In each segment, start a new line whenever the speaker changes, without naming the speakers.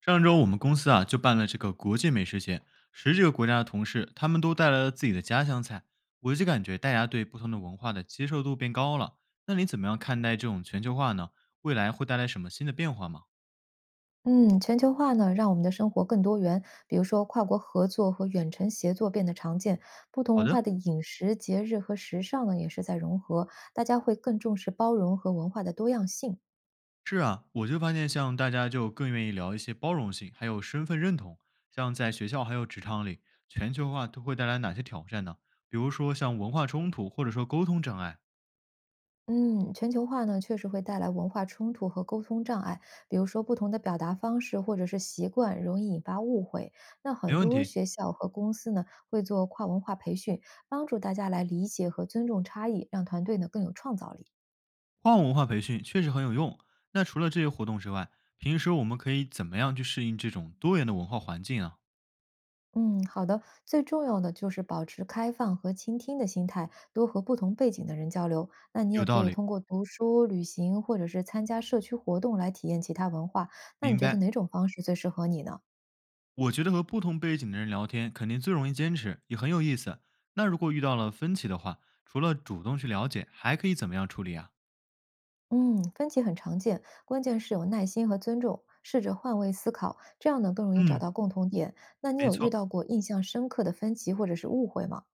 上周我们公司啊就办了这个国际美食节，十几个国家的同事他们都带来了自己的家乡菜，我就感觉大家对不同的文化的接受度变高了。那你怎么样看待这种全球化呢？未来会带来什么新的变化吗？
嗯，全球化呢，让我们的生活更多元。比如说，跨国合作和远程协作变得常见，不同
好
文化
的，
的饮食、节日和时尚呢，也是在融合。大家会更重视包容和文化的多样性。
是啊，我就发现像大家就更愿意聊一些包容性，还有身份认同。像在学校还有职场里，全球化都会带来哪些挑战呢？比如说像文化冲突，或者说沟通障碍。
嗯，全球化呢，确实会带来文化冲突和沟通障碍。比如说，不同的表达方式或者是习惯，容易引发误会。那
没
很
问
多
题，
学校和公司呢，会做跨文化培训，帮助大家来理解和尊重差异，让团队呢更有创造力。
跨文化培训确实很有用。那除了这些活动之外，平时我们可以怎么样去适应这种多元的文化环境啊？
嗯，好的。最重要的就是保持开放和倾听的心态，多和不同背景的人交流。那你也
有
可
道
以
理，
通过读书、旅行或者是参加社区活动来体验其他文化。那你
明
觉得
白。
哪种方式最适合你呢？
我觉得和不同背景的人聊天肯定最容易坚持，也很有意思。那如果遇到了分歧的话，除了主动去了解，还可以怎么样处理啊？
嗯，分歧很常见，关键是有耐心和尊重，试着换位思考，这样呢更容易找
嗯，
到共同点。那你
没
有遇
错，
到过印象深刻的分歧或者是误会吗？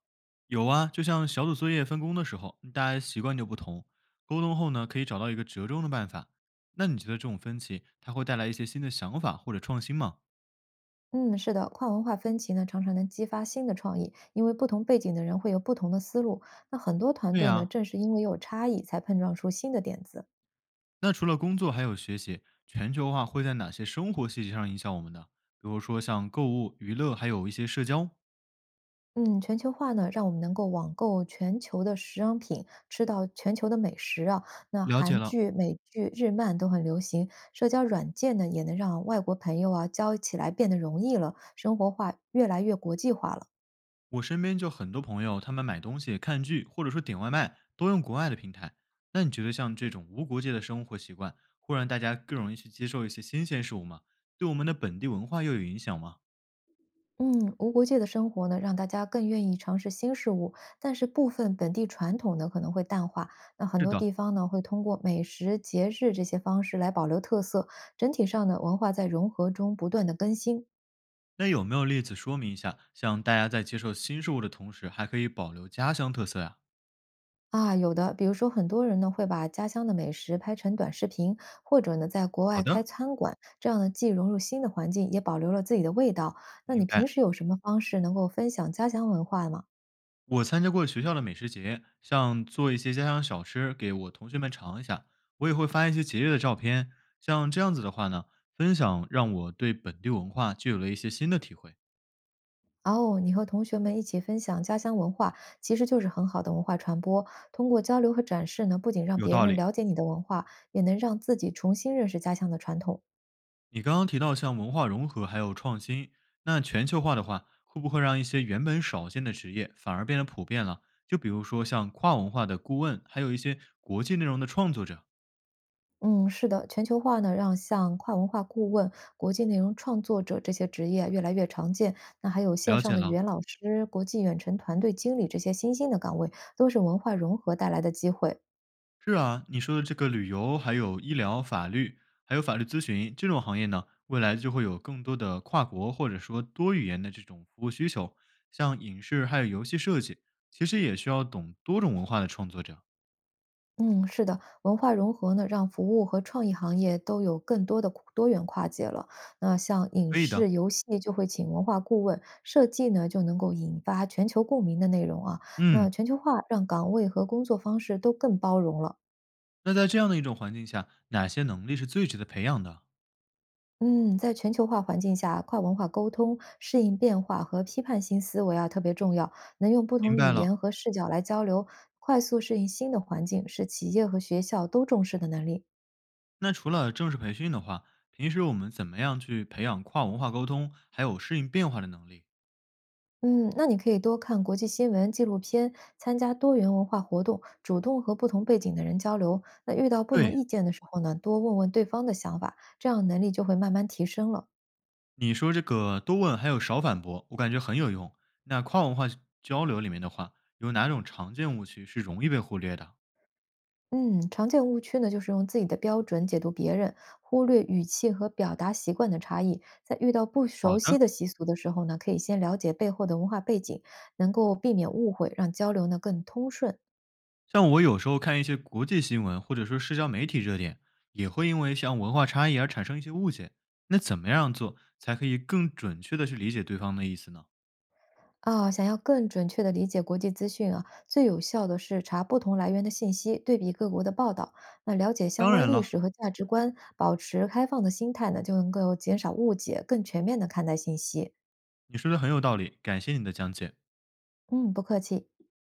有啊。就像小组作业分工的时候，大家习惯就不同，沟通后呢，可以找到一个折中的办法。那你觉得这种分歧它会带来一些新的想法或者创新吗？
嗯，是的，跨文化分歧呢，常常能激发新的创意，因为不同背景的人会有不同的思路。那很多团
对
队呢，
呀、
正是因为有差异，才碰撞出新的点子。
那除了工作还有学习，全球化会在哪些生活细节上影响我们呢？比如说像购物、娱乐，还有一些社交。
嗯，全球化呢，让我们能够网购全球的时尚品，吃到全球的美食啊。那
了解
韩
了，
剧、美剧、日漫都很流行，社交软件呢，也能让外国朋友啊交起来变得容易了，生活化越来越国际化了。
我身边就很多朋友，他们买东西、看剧，或者说点外卖，都用国外的平台。那你觉得像这种无国界的生活习惯，会让大家更容易去接受一些新鲜事物吗？对我们的本地文化又有影响吗？
嗯，无国界的生活呢，让大家更愿意尝试新事物，但是部分本地传统呢可能会淡化。那很
是
多
的。
地方呢会通过美食、节日这些方式来保留特色。整体上呢，文化在融合中不断的更新
那有没有例子说明一下，像大家在接受新事物的同时，还可以保留家乡特色呀、
啊。有的，比如说很多人呢会把家乡的美食拍成短视频，或者呢在国外
好
开
的，
餐馆，这样呢既融入新的环境，也保留了自己的味道。那你
明
平
白。
时有什么方式能够分享家乡文化吗？
我参加过学校的美食节，像做一些家乡小吃给我同学们尝一下。我也会发一些节日的照片，像这样子的话呢，分享让我对本地文化就有了一些新的体会。
哦，你和同学们一起分享家乡文化，其实就是很好的文化传播。通过交流和展示呢，不仅让
有
别
道
人
理，
了解你的文化，也能让自己重新认识家乡的传统。
你刚刚提到像文化融合还有创新，那全球化的话，会不会让一些原本少见的职业反而变得普遍了？就比如说像跨文化的顾问，还有一些国际内容的创作者。
嗯，是的，全球化呢，让像跨文化顾问、国际内容创作者这些职业越来越常见。那还有线
了
上
解
的语
了。
言老师、国际远程团队经理这些新兴的岗位，都是文化融合带来的机会。
是啊，你说的这个旅游，还有医疗、法律，还有法律咨询这种行业呢，未来就会有更多的跨国或者说多语言的这种服务需求。像影视还有游戏设计，其实也需要懂多种文化的创作者。
嗯，是的，文化融合呢，让服务和创意行业都有更多的跨多元跨界了。那像影
可以的，
视、游戏就会请文化顾问，设计呢就能够引发全球共鸣的内容啊。那
嗯。
全球化让岗位和工作方式都更包容了。
那在这样的一种环境下，哪些能力是最值得培养的？
嗯，在全球化环境下，跨文化沟通、适应变化和批判性思维啊特别重要，能用不
明
同语
白了。
言和视角来交流，快速适应新的环境，是企业和学校都重视的能力。
那除了正式培训的话，平时我们怎么样去培养跨文化沟通，还有适应变化的能力？
嗯，那你可以多看国际新闻、纪录片，参加多元文化活动，主动和不同背景的人交流。那遇到不同
对，
意见的时候呢，多问问对方的想法，这样能力就会慢慢提升了。
你说这个多问还有少反驳，我感觉很有用。那跨文化交流里面的话，有哪种常见误区是容易被忽略的？
嗯，常见误区呢，就是用自己的标准解读别人，忽略语气和表达习惯的差异。在遇到不
好
熟
的，
悉的习俗的时候呢，可以先了解背后的文化背景，能够避免误会，让交流呢更通顺。
像我有时候看一些国际新闻或者说社交媒体热点，也会因为像文化差异而产生一些误解。那怎么样做才可以更准确的去理解对方的意思呢？
啊，想要更准确地理解国际资讯啊，最有效的是查不同来源的信息，对比各国的报道，那了解相
当
关
然
历
了，
史和价值观，保持开放的心态呢，就能够减少误解，更全面地看待信息。
你说的很有道理，感谢你的讲解。
嗯，不客气。